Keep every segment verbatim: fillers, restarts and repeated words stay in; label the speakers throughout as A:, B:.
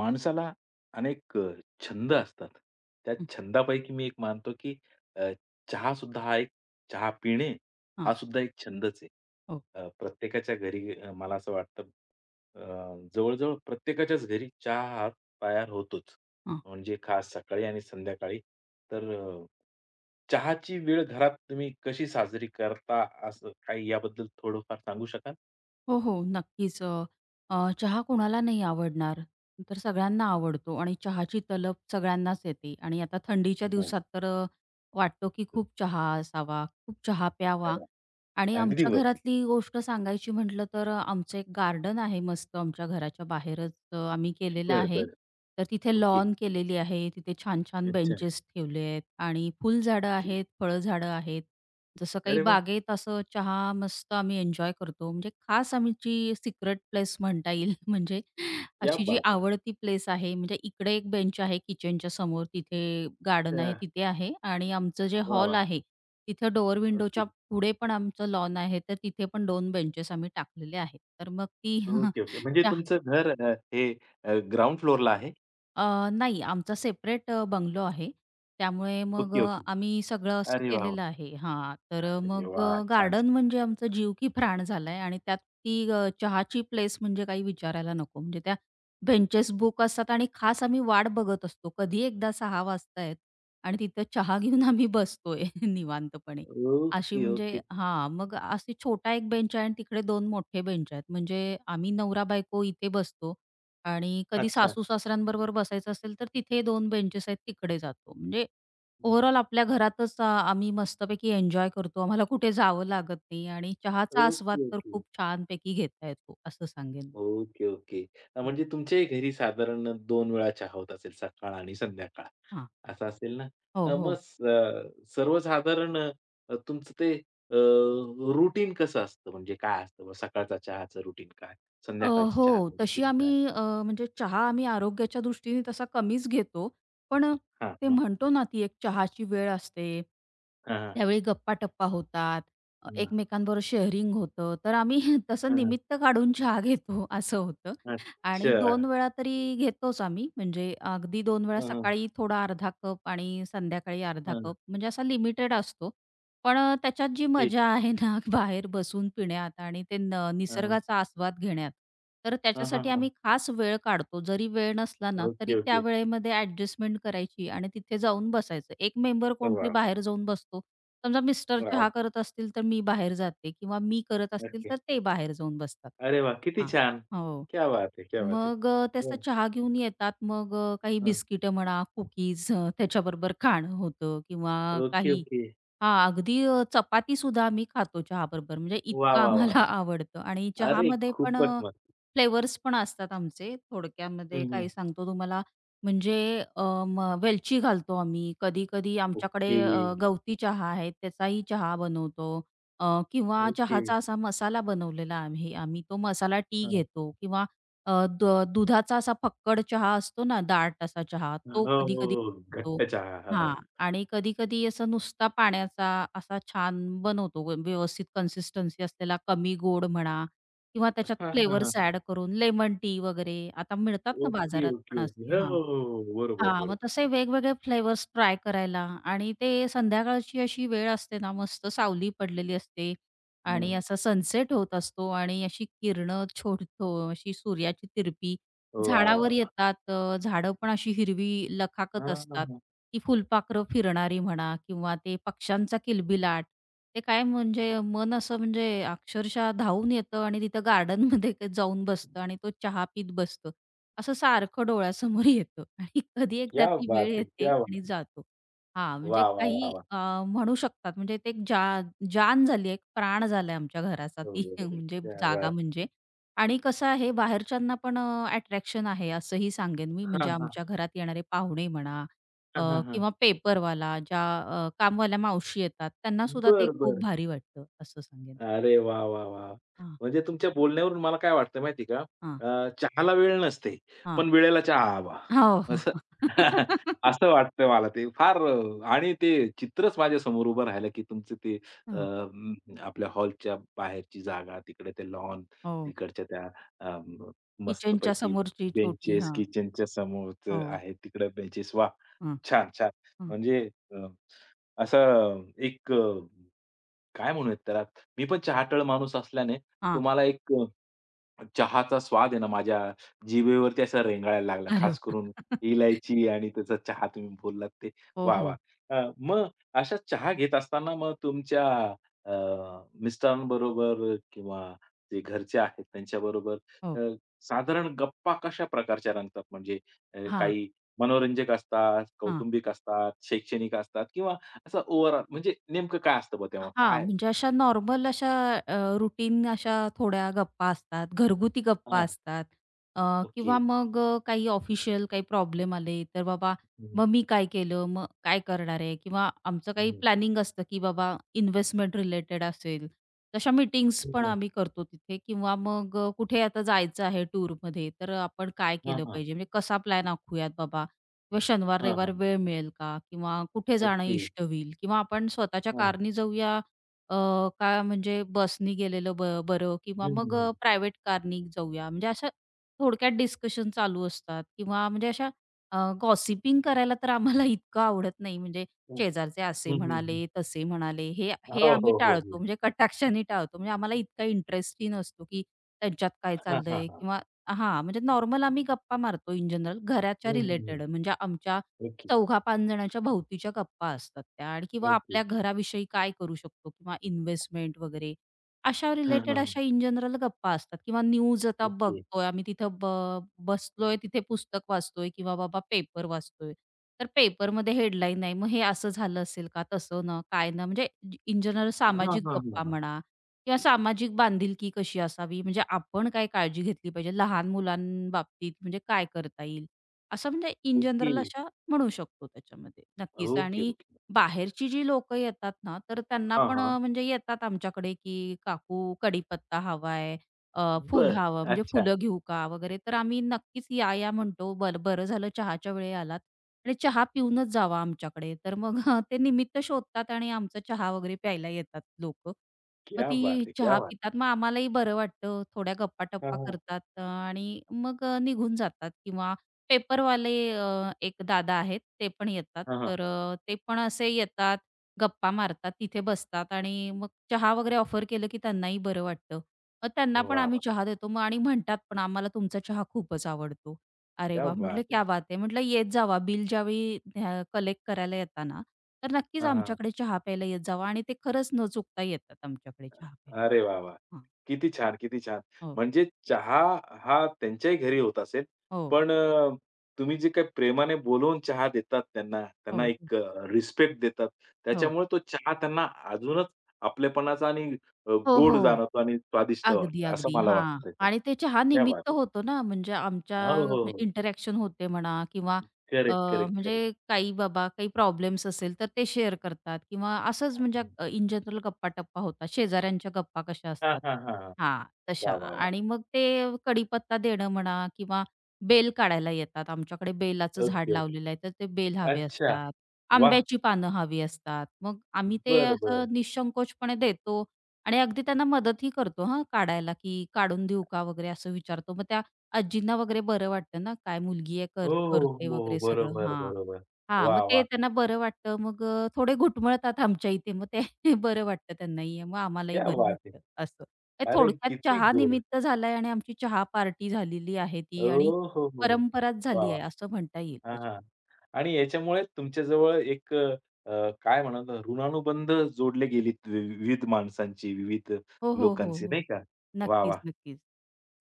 A: माणसाला अनेक अ, छंद असतात. त्या
B: हं,
A: छंदापैकी मी एक मानतो, की अ, चहासुद्धा हा एक चहा पिणे हा
B: हां.
A: सुद्धा एक छंदच आहे.
B: हो,
A: अ, प्रत्येकाच्या घरी अ, मला असं वाटतं अ, जवळ प्रत्येकाच्याच घरी चहा हा तयार होतोच.
B: हां.
A: म्हणजे खास सकाळी आणि संध्याकाळी. तर अ, चहाची वेळ घरात तुम्ही कशी साजरी करता, असं काही याबद्दल थोडंफार सांगू शकाल?
B: हो, हो. नक्कीच. अ, अ, चहा कोणाला नाही आवडणार? तर सगळ्यांना आवडतो आणि चहाची तलब सगळ्यांनाच येते आणि आता थंडीच्या
A: हो.
B: दिवसात तर अ, वाटतो की खूप चहा असावा, खूप चहा
A: अ,
B: प्यावा आणि
A: अगदी
B: आमच्या
A: बरोबर.
B: घरातली गोष्ट सांगायची म्हटलं तर अ, आमचं एक गार्डन आहे मस्त आमच्या घराच्या बाहेरच अ, आम्ही केलेलं
A: बरं,
B: आहे.
A: बरं.
B: तर तिथे
A: ओके.
B: लॉन केलेली आहे. तिथे छान-छान
A: अच्छा.
B: बेंचेस ठेवले आहेत आणि फुलझाडं
A: ओके.
B: आहेत, फळझाडं आहेत. जसं काही
A: अरे वाह!
B: बागेत असं चहा मस्त आम्ही एन्जॉय करतो. म्हणजे खास आमची सिक्रेट प्लेस म्हणता येईल म्हणजे
A: क्या
B: अशी जी
A: बात है!
B: आवडती प्लेस आहे म्हणजे इकडे एक बेंच आहे किचनच्या समोर, तिथे गार्डन
A: अच्छा.
B: आहे तिथे आहे आणि आमचं जे
A: वाह,
B: हॉल
A: वाह!
B: आहे तिथं डोअर
A: ओके.
B: विंडोच्या पुढे पण आमचं लॉन आहे. तर तिथे पण दोन बेंचेस आम्ही टाकलेले आहेत. तर मग ती
A: ओके, ओके. म्हणजे
B: चहा.
A: तुमचं घर अ, हे अ, ग्राउंड फ्लोरला आहे?
B: अ, नाही, आमचा सेपरेट बंगलो आहे. त्यामुळे मग
A: ओके,
B: अ,
A: ओके.
B: आम्ही सगळं असं
A: अरे वाह! वाह!
B: केलेलं आहे हां, तर
A: अरे
B: मग
A: वाह! छान,
B: गार्डन
A: छान.
B: म्हणजे आमचा जीव की प्राण झालाय आणि त्यात ती अ, चहाची प्लेस म्हणजे काही विचारायला नको. म्हणजे त्या बेंचेस बुक असतात आणि खास आम्ही वाट बघत असतो. कधी एकदा सहा वाजतायत आणि तिथं चहा घेऊन आम्ही बसतोय निवांतपणे. अशी
A: ओके, ओके.
B: म्हणजे हां, मग अशी छोटा एक बेंच आहे आणि तिकडे दोन मोठे बेंच आहेत. म्हणजे आम्ही नवरा-बायको इथे बसतो आणि कधी
A: अच्छा.
B: सासू-सासऱ्यांबरोबर बसायचं असेल, तर तिथे दोन बेंचेस आहेत तिकडे जातो. म्हणजे ओव्हरऑल आपल्या घरातच अ, आम्ही मस्तपैकी एन्जॉय करतो. आम्हाला कुठे जावं लागत नाही आणि चहाचा आस्वाद
A: ओके,
B: तर
A: ओके.
B: खूप छानपैकी घेता येतो, असं सांगेन मी.
A: Okay, okay. अ,
B: हां,
A: म्हणजे तुमच्याही घरी साधारण दोन वेळा चहा होत असेल, सकाळ आणि संध्याकाळ
B: हां.
A: असं असेल ना?
B: हो,
A: अ, मग
B: हो.
A: स अ, सर्वसाधारण अ, तुमचं ते रुटीन कसं असतं? म्हणजे काय असतं मग सकाळचा चहाचं रुटीन काय?
B: अ,
A: संध्याकाळच्या
B: हो.
A: चहाचं
B: तशी
A: रुटीन
B: आम्ही
A: काय?
B: अ, म्हणजे चहा आम्ही आरोग्याच्या दृष्टीने तसा कमीच घेतो. पण
A: हां,
B: ते
A: हां.
B: म्हणतो ना, ती एक चहाची वेळ असते
A: हां, हां.
B: त्यावेळी गप्पा-टप्पा होतात, अ,
A: हां,
B: एकमेकांबरोबर शेअरिंग होतं. तर आम्ही तसं
A: हां, हां.
B: निमित्त काढून चहा घेतो असं होतं आणि दोन
A: अच्छा.
B: वेळा तरी घेतोच आम्ही. म्हणजे अगदी दोन वेळा
A: हां, हां,
B: सकाळी थोडा अर्धा कप आणि संध्याकाळी अर्धा
A: हां.
B: कप म्हणजे असा लिमिटेड असतो. पण अ, त्याच्यात जी
A: ठीक.
B: मजा आहे ना बाहेर बसून पिण्यात आणि ते न
A: हां, हां.
B: निसर्गाचा आस्वाद घेण्यात, तर
A: हां, हां,
B: त्याच्यासाठी आम्ही
A: हां.
B: खास वेळ काढतो. जरी वेळ नसला ना, तरी
A: ओके,
B: त्या
A: ओके.
B: वेळेमध्ये ॲडजस्टमेंट करायची आणि तिथे जाऊन बसायचं. एक मेंबर कोणतरी
A: वाह!
B: बाहेर जाऊन बसतो, समजा मिस्टर चहा
A: वाह!
B: करत असतील, तर मी बाहेर जाते किंवा मी करत असतील,
A: ओके.
B: तर ते बाहेर जाऊन बसतात.
A: अरे वाह! किती
B: हां.
A: छान.
B: हो.
A: क्या बात है! क्या बात है!
B: मग अ, त्याचा
A: हं,
B: चहा घेऊन येतात. मग अ, काही बिस्किटं म्हणा, कुकीज अ, त्याच्याबरोबर खाणं होतं किंवा
A: ओके,
B: काही.
A: ओके.
B: हां, अगदी अ, चपातीसुद्धा आम्ही खातो चहाबरोबर. म्हणजे
A: वाह,
B: इतकं
A: वाह, वाह,
B: आम्हाला
A: वाह!
B: आवडतं आणि
A: अरे
B: चहामध्ये पण
A: खूपच
B: अ,
A: मस्त.
B: फ्लेवर्स पण असतात आमचे. थोडक्यामध्ये
A: हं, हं.
B: काही सांगतो तुम्हाला म्हणजे अ, म वेलची घालतो आम्ही. कधी-कधी आमच्याकडे
A: ओके,
B: अ, गवती चहा आहे, त्याचाही चहा बनवतो. अ, किंवा
A: ओके.
B: चहाचा असा मसाला बनवलेला आम्ही. आम्ही तो मसाला टी
A: हां.
B: घेतो किंवा अ, द दुधाचा असा फक्कड चहा असतो ना, दाट असा चहा,
A: हो,
B: तो कधी-कधी
A: हो, हो.
B: बनतो.
A: घट्ट चहा. हा हो.
B: हां. आणि कधी-कधी असा नुसता पाण्याचा असा छान बनवतो व व्यवस्थित कन्सिस्टन्सी असलेला, कमी गोड म्हणा किंवा त्याच्यात
A: हां, हां,
B: फ्लेवर्स
A: हां.
B: ॲड करून लेमन टी वगैरे आता मिळतात ना
A: ओके,
B: बाजारात
A: ओके,
B: पण
A: ओके.
B: असे.
A: हो,
B: हां.
A: हो, हो, हो. बरोबर,
B: हां, मग
A: बरोबर.
B: तसे वेगवेगळे फ्लेवर्स ट्राय करायला आणि ते संध्याकाळची अशी वेळ असते ना, मस्त सावली पडलेली असते आणि
A: हं.
B: असा सनसेट होत असतो आणि अशी किरणं छोडतो, अशी सूर्याची तिरपी
A: वाह, वाह,
B: झाडावर
A: वाह!
B: येतात. अ, झाडं पण अशी हिरवी लखाकत
A: हां, हां,
B: असतात.
A: हां.
B: ती फुलपाखरं फिरणारी म्हणा किंवा ते पक्ष्यांचा किलबिलाट. ते काय म्हणजे मन असं म्हणजे अक्षरशः धावून येतं आणि तिथं गार्डनमध्ये जाऊन बसतं आणि तो चहा पीत बसतो. असं सारखं डोळ्यासमोर येतं आणि कधी एकदा
A: क्या
B: ती
A: बात
B: वेळ
A: है!
B: येते
A: क्या बात
B: आणि
A: है!
B: जातो. हां, म्हणजे
A: वाह, वाह, वाह,
B: काही
A: वाह!
B: अ, म्हणू शकतात म्हणजे ते एक जा जान झाली आहे, एक प्राण झालाय आमच्या घराचा
A: हो,
B: ती
A: हो, हो.
B: म्हणजे
A: क्या
B: जागा
A: बात!
B: म्हणजे. आणि कसं आहे बाहेरच्यांना पण अ, अट्रॅक्शन आहे असंही सांगेन मी.
A: हां,
B: म्हणजे
A: हां.
B: आमच्या घरात येणारे पाहुणे म्हणा
A: हां, हां,
B: अ,
A: हां.
B: किंवा पेपरवाला, ज्या अ, कामवाल्या मावशी येतात त्यांना सुद्धा ते
A: बरं,
B: खूप
A: बरं.
B: भारी वाटतं असं सांगेन.
A: अरे वाह, वाह, वाह!
B: हां,
A: म्हणजे तुमच्या बोलण्यावरून मला काय वाटतं माहिती आहे का?
B: हां,
A: अ, चहाला वेळ नसते,
B: हां.
A: पण वेळेला चहा हवा.
B: हो, हो.
A: असं असं वाटतं मला ते फार अ, आणि ते चित्रच माझ्यासमोर उभं राहिलं, की तुमचं ते अ,
B: हो,
A: म, आपल्या हॉलच्या बाहेरची जागा, तिकडे ते लॉन,
B: हो.
A: तिकडच्या त्या अ, म,
B: किचनच्या
A: मस्तपैकी
B: समोरची छोटी
A: बेंचेस,
B: हां.
A: किचनच्या समोरचं
B: हो.
A: आहे तिकडे बेंचेस. वाह!
B: हां,
A: छान, छान.
B: हां.
A: म्हणजे अ, असं एक अ काय म्हणूयात त्याला? मी पण चहाटळ माणूस असल्याने
B: हां.
A: तुम्हाला एक अ, चहाचा स्वाद आहे ना माझ्या जिभेवरती असा रेंगाळायला लागला.
B: अरे
A: खास
B: वाह!
A: करून इलायची आणि त्याचा चहा तुम्ही बोललात ते.
B: हो,
A: वाह! वाह!
B: हो.
A: अ, मग अशा चहा घेत असताना मग तुमच्या अ, मिस्टरांबरोबर किंवा जे घरचे आहेत त्यांच्याबरोबर
B: हो.
A: अ, साधारण गप्पा कशा प्रकारच्या रंगतात? म्हणजे अ,
B: हां,
A: काही मनोरंजक असतात,
B: हां.
A: कौटुंबिक असतात, शैक्षणिक असतात किंवा असं ओव्हरऑल म्हणजे नेमकं काय असतं बा तेव्हा?
B: हां,
A: काय
B: म्हणजे अशा नॉर्मल अशा अ, रुटीन अशा थोड्या गप्पा असतात, घरगुती गप्पा
A: हां,
B: असतात अ,
A: ओके.
B: किंवा मग अ, काही ऑफिशियल काही प्रॉब्लेम आले, तर बाबा
A: हं,
B: मग मी काय केलं, मग काय करणार आहे किंवा आमचं काही
A: हं,
B: प्लॅनिंग असतं, की बाबा इन्व्हेस्टमेंट रिलेटेड असेल, तशा मीटिंग्स
A: हं,
B: पण
A: हं.
B: आम्ही करतो तिथे किंवा मग अ, कुठे आता जायचं आहे टूरमध्ये, तर आपण काय
A: हां,
B: केलं
A: हां.
B: पाहिजे, म्हणजे कसा प्लॅन आखूयात बाबा किंवा शनिवार,
A: हां,
B: रविवार
A: हां.
B: वेळ मिळेल का? किंवा कुठे जाणं
A: ओके.
B: इष्ट होईल? किंवा आपण स्वतःच्या
A: हां.
B: कारनी जाऊया अ, का म्हणजे बसनी गेलेलं ब बरं
A: हं,
B: किंवा मग
A: हं, हं.
B: अ, प्रायव्हेट कारनी जाऊया? म्हणजे अशा थोडक्यात डिस्कशन चालू असतात किंवा म्हणजे अशा अ, गॉसिपिंग करायला तर आम्हाला इतकं आवडत नाही. म्हणजे
A: हं,
B: शेजारचे असे
A: हं, हं, हं.
B: म्हणाले, तसे म्हणाले, हे हे
A: हो,
B: आम्ही
A: हो, हो, हो.
B: टाळतो. म्हणजे कटाक्षाने टाळतो. म्हणजे आम्हाला इतका इंटरेस्टही नसतो, की त्यांच्यात काय
A: हां, हां,
B: चाललंय?
A: हां.
B: किंवा हां, म्हणजे नॉर्मल आम्ही गप्पा मारतो इन जनरल घराच्या
A: हं, हं, हं.
B: रिलेटेड म्हणजे आमच्या
A: ओके,
B: चार पाच जणांच्या भोवतीच्या गप्पा असतात त्या आणि किंवा
A: ओके,
B: आपल्या
A: ओके.
B: घराविषयी काय करू शकतो किंवा इन्व्हेस्टमेंट वगैरे अशा
A: हां, हां,
B: रिलेटेड
A: हां.
B: अशा इन जनरल गप्पा असतात किंवा न्यूज आता
A: ओके.
B: बघतोय आम्ही तिथं ब बसलोय तिथे पुस्तक वाचतोय किंवा बाबा पेपर वाचतोय. तर पेपरमध्ये हेडलाईन आहे. मग हे असं झालं असेल का? तसं ना, काय ना म्हणजे इन जनरल
A: हां,
B: सामाजिक
A: हां, हां,
B: गप्पा
A: हां.
B: म्हणा किंवा सामाजिक बांधिलकी कशी असावी? म्हणजे आपण काय काळजी घेतली पाहिजे? लहान मुलांबाबतीत म्हणजे काय करता येईल? असं म्हणजे इन
A: ओके.
B: जनरल अशा म्हणू शकतो त्याच्यामध्ये. नक्कीच
A: ओके,
B: आणि
A: ओके.
B: बाहेरची जी लोकं येतात ना, तर त्यांना
A: हां,
B: पण
A: हां.
B: अ, म्हणजे येतात आमच्याकडे, की "काकू, कढीपत्ता हवा अ, फुल
A: बरं.
B: हवं म्हणजे
A: अच्छा.
B: फुलं घेऊ का वगैरे. तर आम्ही नक्कीच या, या म्हणतो. बर बरं झालं चहाच्या वेळी आलात आणि चहा पिऊनच जावा आमच्याकडे. तर मग ते निमित्त शोधतात आणि आमचा चहा वगैरे प्यायला येतात लोक, मग
A: क्या
B: ती
A: बात है! क्या
B: चहा
A: बात
B: पितात. मग आम्हालाही बरं वाटतं. थोड्या
A: है!
B: गप्पा-टप्पा
A: हां, हां.
B: करतात अ, आणि मग अ, निघून जातात किंवा पेपरवाले अ, एक दादा आहेत, ते पण येतात.
A: हां, हां.
B: तर अ, ते पण असे येतात, गप्पा मारतात, तिथे बसतात आणि मग चहा वगैरे ऑफर केलं की त्यांनाही बरं वाटतं. मग त्यांना
A: वाह,
B: पण आम्ही
A: वाह!
B: चहा देतो मग आणि म्हणतात पण, "आम्हाला तुमचा चहा खूपच आवडतो." अरे
A: क्या
B: वाह!
A: बात
B: म्हटलं,
A: है!
B: "क्या बात है!" म्हटलं, "येत जावा बिल ज्यावेळी अ, कलेक्ट करायला येता ना, तर नक्कीच
A: हां, हां.
B: आमच्याकडे चहा प्यायला येत जावा." आणि ते खरंच न चुकता येतात आमच्याकडे चहा प्यायला.
A: अरे वाह, वाह!
B: हां.
A: किती छान, किती छान.
B: हो.
A: म्हणजे चहा हा त्यांच्याही घरी होत असेल,
B: हो.
A: पण अ, तुम्ही जे काही प्रेमाने बोलवून चहा देतात त्यांना, त्यांना
B: हो, हो.
A: एक रिस्पेक्ट देतात.
B: हो.
A: त्याच्यामुळे तो चहा त्यांना अजूनच आपलेपणाचा आणि अ,
B: हो,
A: गोड
B: हो.
A: जाणवतो आणि स्वादिष्ट
B: अगदी,
A: वाटतं, असं
B: अगदी.
A: मला वाटतं
B: हां.
A: त्याच्यात.
B: आणि ते चहा
A: क्या बात
B: निमित्त
A: है!
B: होतो ना, म्हणजे
A: हो, हो,
B: आमच्या
A: हो.
B: इंटरॅक्शन होते म्हणा किंवा अ,
A: करेक्ट, करेक्ट,
B: म्हणजे
A: करेक्ट.
B: काही बाबा काही प्रॉब्लेम्स असेल तर ते शेअर करतात किंवा असंच म्हणजे अ, इन जनरल गप्पा-टप्पा होतात. शेजाऱ्यांच्या गप्पा कशा
A: हां,
B: असतात.
A: हां, हां, हां.
B: हां, तशा.
A: वाह, वाह, वाह!
B: आणि मग ते कढीपत्ता देणं म्हणा किंवा बेल काढायला येतात. आमच्याकडे बेलाचं झाड
A: ओके, ओके.
B: लावलेलं आहे, तर ते बेल हवे
A: अच्छा.
B: असतात.
A: वाह!
B: आंब्याची पानं हवी असतात. मग आम्ही ते
A: बरं, बरं.
B: असं निःसंकोचपणे देतो आणि अगदी त्यांना मदतही करतो हां काढायला, की काढून देऊ का वगैरे असं विचारतो. मग त्या आजींना वगैरे बरं वाटतं ना, काय मुलगी आहे कर
A: हो, हो,
B: करते
A: हो.
B: वगैरे सगळं.
A: बरोबर,
B: हां.
A: बरोबर.
B: हां, मग
A: वाह,
B: ते
A: वाह!
B: त्यांना बरं वाटतं. मग अ, थोडे घुटमळतात आमच्या इथे. मग ते बरं वाटतं त्यांनाही. मग आम्हालाही
A: क्या
B: बरं
A: बात है!
B: वाटतं असं. हे
A: अरे
B: थोडक्यात
A: किती
B: चहा
A: गोड.
B: निमित्त झालाय आणि आमची चहा पार्टी झालेली आहे ती
A: ओ
B: आणि
A: हो, हो, हो.
B: परंपराच
A: वाह,
B: झाली
A: वाह!
B: आहे असं म्हणता येईल
A: हां, हां.
B: त्याच्यामध्ये.
A: आणि याच्यामुळे तुमच्याजवळ एक अ, काय म्हणा ना ऋणानुबंध जोडले गेलेत वि विविध माणसांची, विविध
B: हो, हो, हो,
A: लोकांची नाही
B: हो.
A: का? वाह,
B: नक्कीच,
A: वाह!
B: नक्कीच.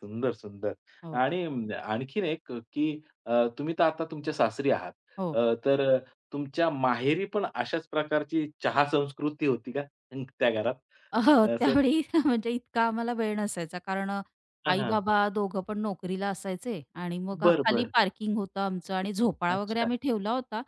A: सुंदर, सुंदर.
B: हो,
A: आणि अं, आणखीन एक की अ, तुम्ही तर आता तुमच्या सासरी आहात.
B: हो.
A: अ, तर तुमच्या माहेरी पण अशाच प्रकारची चहा संस्कृती होती का अं, त्या घरात?
B: अ, हो,
A: असं
B: त्यावेळी म्हणजे इतका आम्हाला वेळ नसायचा कारण
A: हां, हां.
B: आई-बाबा दोघं पण नोकरीला असायचे आणि मग अ,
A: बरं,
B: खाली
A: बरं.
B: पार्किंग होतं आमचं आणि झोपाळा वगैरे
A: अच्छा.
B: आम्ही ठेवला होता.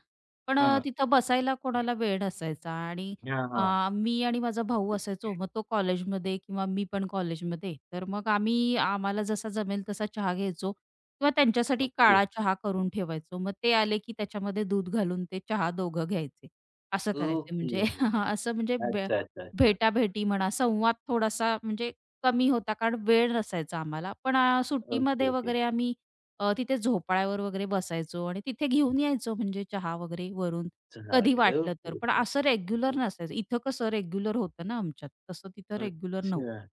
B: पण
A: हां,
B: अ,
A: हां.
B: तिथं बसायला कोणाला वेळ नसायचा आणि
A: हां, हां.
B: अ, मी आणि माझा भाऊ असायचो. मग तो कॉलेजमध्ये किंवा मी पण कॉलेजमध्ये. तर मग आम्ही आम्हाला जसा जमेल तसा चहा घ्यायचो किंवा त्यांच्यासाठी
A: ओके.
B: काळा चहा करून ठेवायचो. मग ते आले की त्याच्यामध्ये दूध घालून ते चहा दोघं घ्यायचे. असं करायचे
A: ओके.
B: म्हणजे असं म्हणजे
A: अच्छा, अच्छा, अच्छा.
B: भेटाभेटी म्हणा, संवाद थोडासा म्हणजे कमी होता कारण वेळ नसायचा आम्हाला. पण अ,
A: ओके,
B: सुट्टीमध्ये
A: ओके.
B: वगैरे आम्ही अ, तिथे झोपाळ्यावर वगैरे बसायचो आणि तिथे घेऊन यायचो म्हणजे चहा वगैरे वरून,
A: चहा
B: कधी
A: वगैरे.
B: वाटलं तर.
A: ओके,
B: पण
A: ओके.
B: असं रेग्युलर नसायचं. इथं कसं रेग्युलर होतं ना आमच्यात, तसं तिथं रेग्युलर
A: अच्छा.
B: नव्हतं.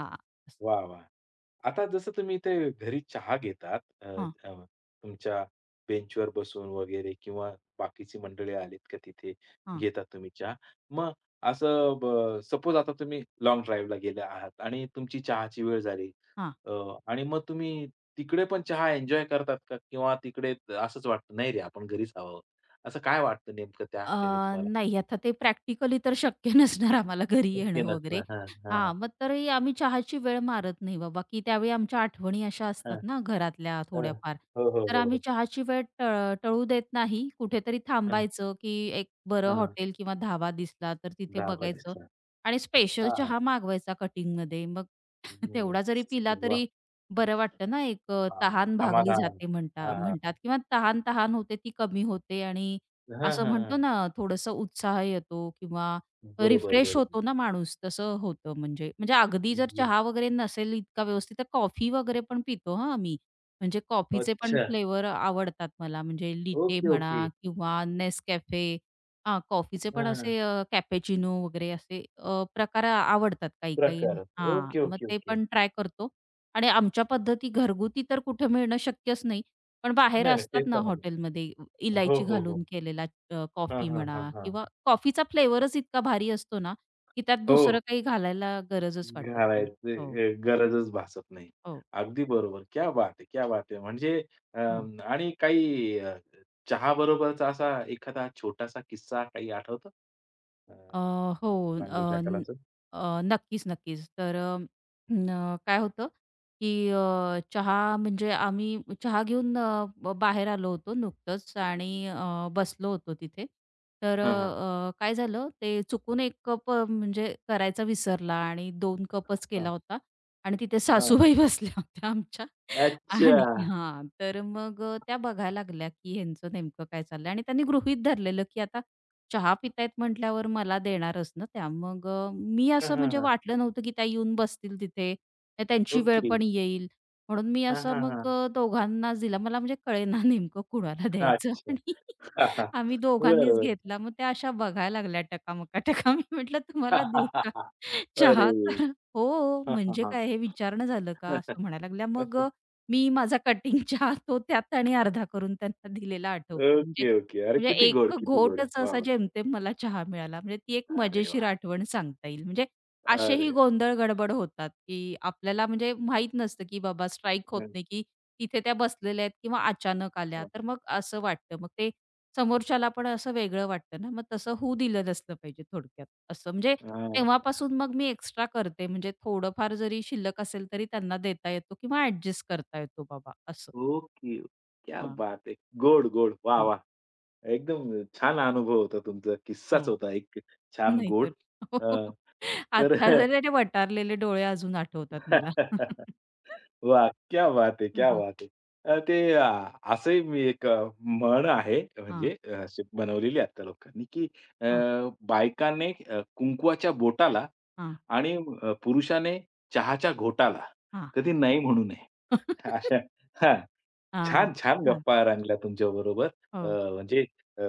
B: हां.
A: वाह, वाह! आता जसं तुम्ही ते घरी चहा घेतात अ,
B: हां,
A: अ, तुमच्या बेंचवर बसून वगैरे किंवा बाकीची मंडळी आलीत का तिथे
B: हां,
A: घेता तुम्ही चहा. मग असं सपोज आता तुम्ही लाँग ड्राईव्हला गेले आहात आणि तुमची चहाची वेळ झाली
B: हां.
A: अ, आणि मग तुम्ही तिकडे पण चहा एन्जॉय करतात का? किंवा तिकडे असंच वाटतं, "नाही रे, आपण घरीच हवं." असं काय वाटतं नेमकं त्या
B: अ,
A: क्षणी तुम्हाला?
B: नाही आता ते प्रॅक्टिकली तर शक्य नसणार आम्हाला घरी
A: शक्य
B: येणं वगैरे.
A: नसणं. हां, हां, हां,
B: हां, मग तरी आम्ही चहाची वेळ मारत नाही बाबा, की त्यावेळी आमच्या आठवणी अशा असतात ना घरातल्या
A: हां.
B: थोड्याफार.
A: हो, हो,
B: तर
A: हो,
B: आम्ही
A: हो.
B: चहाची वेळ टळ टळू देत नाही. कुठेतरी
A: हां,
B: थांबायचं, की एक बरं
A: हां.
B: हॉटेल किंवा धाबा दिसला तर तिथे
A: गाभा
B: बघायचं
A: दिसला.
B: आणि स्पेशल
A: हां,
B: चहा मागवायचा कटिंगमध्ये. मग तेवढा
A: येस.
B: जरी पिला
A: वाह!
B: तरी बरं वाटतं ना, एक अ,
A: हां,
B: तहान भागली
A: समाधान.
B: जाते म्हणता
A: हां, हां,
B: म्हणतात
A: हां.
B: किंवा तहान-तहान होते ती कमी होते आणि
A: हां,
B: असं
A: हां,
B: म्हणतो
A: हां.
B: ना थोडंसं उत्साह येतो किंवा
A: बरोबर,
B: रिफ्रेश
A: बरोबर.
B: होतो ना माणूस तसं होतं म्हणजे म्हणजे अगदी जर
A: येस.
B: चहा वगैरे नसेल इतका व्यवस्थित तर कॉफी वगैरे पण पितो हां आम्ही. म्हणजे कॉफीचे पण
A: अच्छा.
B: फ्लेवर आवडतात मला म्हणजे लिटे
A: ओके,
B: म्हणा
A: ओके.
B: किंवा नेसकॅफे. हां, कॉफीचे
A: हां,
B: पण
A: हां.
B: असे कॅपेचिनो वगैरे असे अ, प्रकार आवडतात काही-काही.
A: प्रकार.
B: हां,
A: ओके,
B: मग
A: ओके,
B: ते
A: ओके.
B: पण ट्राय करतो आणि आमच्या पद्धती घरगुती तर कुठे मिळणं शक्यच नाही. पण बाहेर
A: नाही, नाही. ते
B: असतात ना
A: तर नाही.
B: हॉटेलमध्ये
A: हो,
B: इलायची
A: हो, हो.
B: घालून केलेला अ,
A: हां,
B: कॉफी
A: हां, हां,
B: म्हणा
A: हां.
B: किंवा कॉफीचा फ्लेवरच इतका भारी असतो ना, की त्यात
A: हो.
B: दुसरं काही घालायला गरजच वाटत नाही.
A: घालायची
B: हो,
A: अ, गरजच भासत नाही.
B: हो,
A: अगदी बरोबर. क्या बात है! क्या बात है! म्हणजे
B: हो.
A: अं, आणि काही अ, चहाबरोबरचा असा एखादा छोटासा किस्सा काही आठवतो? अ,
B: अ, हो.
A: सांगू
B: अ,
A: शकाल
B: न
A: असं?
B: अ, नक्कीच, नक्कीच. तर अ, न काय होतं, की अ, चहा म्हणजे आम्ही चहा घेऊन अ, ब बाहेर आलो होतो नुकतंच आणि अ, बसलो होतो तिथे. तर
A: हां, हां.
B: अ, अ, काय झालं, ते चुकून एक कप अ, म्हणजे करायचा विसरला आणि दोन कपच
A: हां,
B: केला होता आणि तिथे
A: हां.
B: सासूबाई बसल्या होत्या आमच्या
A: अच्छा.
B: आणि हां, तर मग अ, त्या बघायला लागल्या, की ह्यांचं नेमकं काय चाललंय आणि त्यांनी गृहीत धरलेलं, की आता चहा पितायत म्हटल्यावर मला देणारच ना त्या. मग अ, मी
A: हां,
B: असं
A: हां,
B: म्हणजे
A: हां.
B: वाटलं नव्हतं, की त्या येऊन बसतील तिथे. तर त्यांची वेळ
A: ओके.
B: पण येईल. म्हणून मी
A: हां,
B: असं
A: हां,
B: मग
A: हां.
B: अ, दोघांनाच दिला. मला म्हणजे कळेना नेमकं कुणाला द्यायचं
A: अच्छा.
B: आणि
A: हां, हां.
B: आम्ही दोघांनीच
A: बरोबर.
B: घेतला. मग त्या अशा बघायला लागल्या टकामका-टका. मी म्हटलं,
A: हां,
B: "तुम्हाला
A: हां,
B: देऊ
A: हां,
B: का
A: हां.
B: चहा?"
A: अरे!
B: तर "हो,
A: हां, हां,
B: म्हणजे
A: हां.
B: काय हे विचारणं झालं का?" असं म्हणायला लागल्या. मग अ, मी माझा कटिंग चहा तो त्यात आणि अर्धा करून त्यांना दिलेला आठवतो. म्हणजे
A: ओके, ओके. अरे
B: म्हणजे
A: किती गोड,
B: एक
A: किती गोड.
B: घोटच
A: वाह,
B: असा
A: वाह!
B: जेमतेम मला चहा मिळाला. म्हणजे ती एक
A: अरे
B: मजेशीर
A: वाह!
B: आठवण सांगता येईल. म्हणजे असेही
A: अरे!
B: गोंधळ गडबड होतात, की आपल्याला म्हणजे माहीत नसतं, की बाबा स्ट्राईक होत
A: हं,
B: नाही, की तिथे त्या बसलेल्या आहेत किंवा अचानक आल्या.
A: हं.
B: तर मग असं वाटतं. मग ते समोरच्याला पण असं वेगळं वाटतं ना, मग तसं होऊ दिलं नसलं पाहिजे थोडक्यात असं. म्हणजे
A: हां.
B: तेव्हापासून मग मी एक्स्ट्रा करते. म्हणजे थोडंफार जरी शिल्लक असेल तरी त्यांना देता येतो किंवा ॲडजस्ट करता येतो बाबा असं.
A: ओके. क्या
B: हां,
A: बात है! गोड, गोड. वाह,
B: हां.
A: वाह! एकदम छान अनुभव होता तुमचा. किस्साच
B: हो.
A: होता एक छान
B: नाहीतर
A: गोड. अ, तर
B: आता जरी ते वटारलेले डोळे अजून आठवतात मला.
A: वाह! क्या बात है!
B: हं,
A: क्या
B: हं.
A: बात है! अ, ते अ, असंही मी एक अ, म्हण आहे म्हणजे
B: हां,
A: अ, अशी बनवलेली आहे आता लोकांनी, की अ,
B: हां,
A: बायकाने अ, कुंकवाच्या बोटाला
B: हां,
A: आणि अ, पुरुषाने चहाच्या घोटाला
B: हां.
A: कधी नाही म्हणू नये. अशा हां. छान, छान
B: छान.
A: गप्पा रंगल्या तुमच्याबरोबर. अ,
B: हो,
A: म्हणजे अ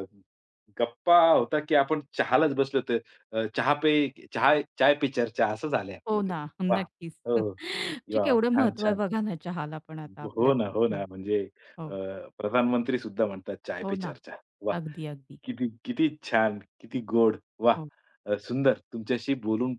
A: गप्पा होता, की आपण चहालाच बसलो होतो. अ, चहा पे चहा चाय पे चर्चा असं झालंय आपलं
B: हो
A: ते.
B: ना,
A: वाह!
B: नक्कीच.
A: हो.
B: म्हणजे
A: वाह!
B: केवढं
A: छान,
B: महत्व आहे
A: छान.
B: बघा ना चहाला पण आता
A: हो
B: आपल्यात.
A: ना, हो ना.
B: हो,
A: म्हणजे अ,
B: हो,
A: प्रधानमंत्री सुद्धा म्हणतात चाय
B: हो
A: पे
B: ना.
A: चर्चा. वाह!
B: अगदी, अगदी.
A: किती किती छान, किती गोड. वा,
B: हो,
A: अ, सुंदर. तुमच्याशी बोलून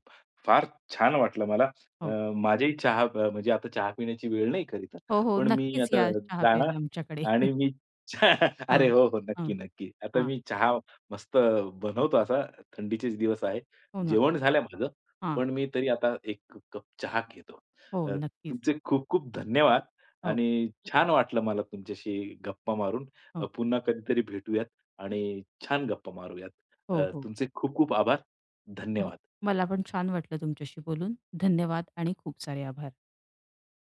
A: फार छान वाटलं मला. अ,
B: हो.
A: माझ्याही चहा अ, म्हणजे आता चहा पिण्याची वेळ नाही खरी तर,
B: हो, हो.
A: पण मी
B: नक्कीच
A: आता
B: या चहा
A: जाणार
B: प्यायला आमच्याकडे.
A: आणि मी चहा-
B: हां,
A: अरे हो, हो.
B: हां,
A: नक्की, नक्की. आता
B: हां.
A: मी चहा मस्त बनवतो असा. थंडीचेच दिवस आहे.
B: हो ना.
A: जेवण झालंय माझं,
B: हां.
A: पण मी तरी आता एक कप चहा घेतो.
B: हो,
A: अ,
B: नक्कीच.
A: तुमचे खूप खूप धन्यवाद
B: हो,
A: आणि छान वाटलं मला तुमच्याशी गप्पा मारून. अ,
B: हो.
A: पुन्हा कधीतरी भेटूया. आणि छान गप्पा मारूयात.
B: हो,
A: अ,
B: हो.
A: तुमचे खूप खूप आभार.
B: हो.
A: धन्यवाद.
B: मला पण छान वाटलं तुमच्याशी बोलून. धन्यवाद आणि खूप सारे आभार.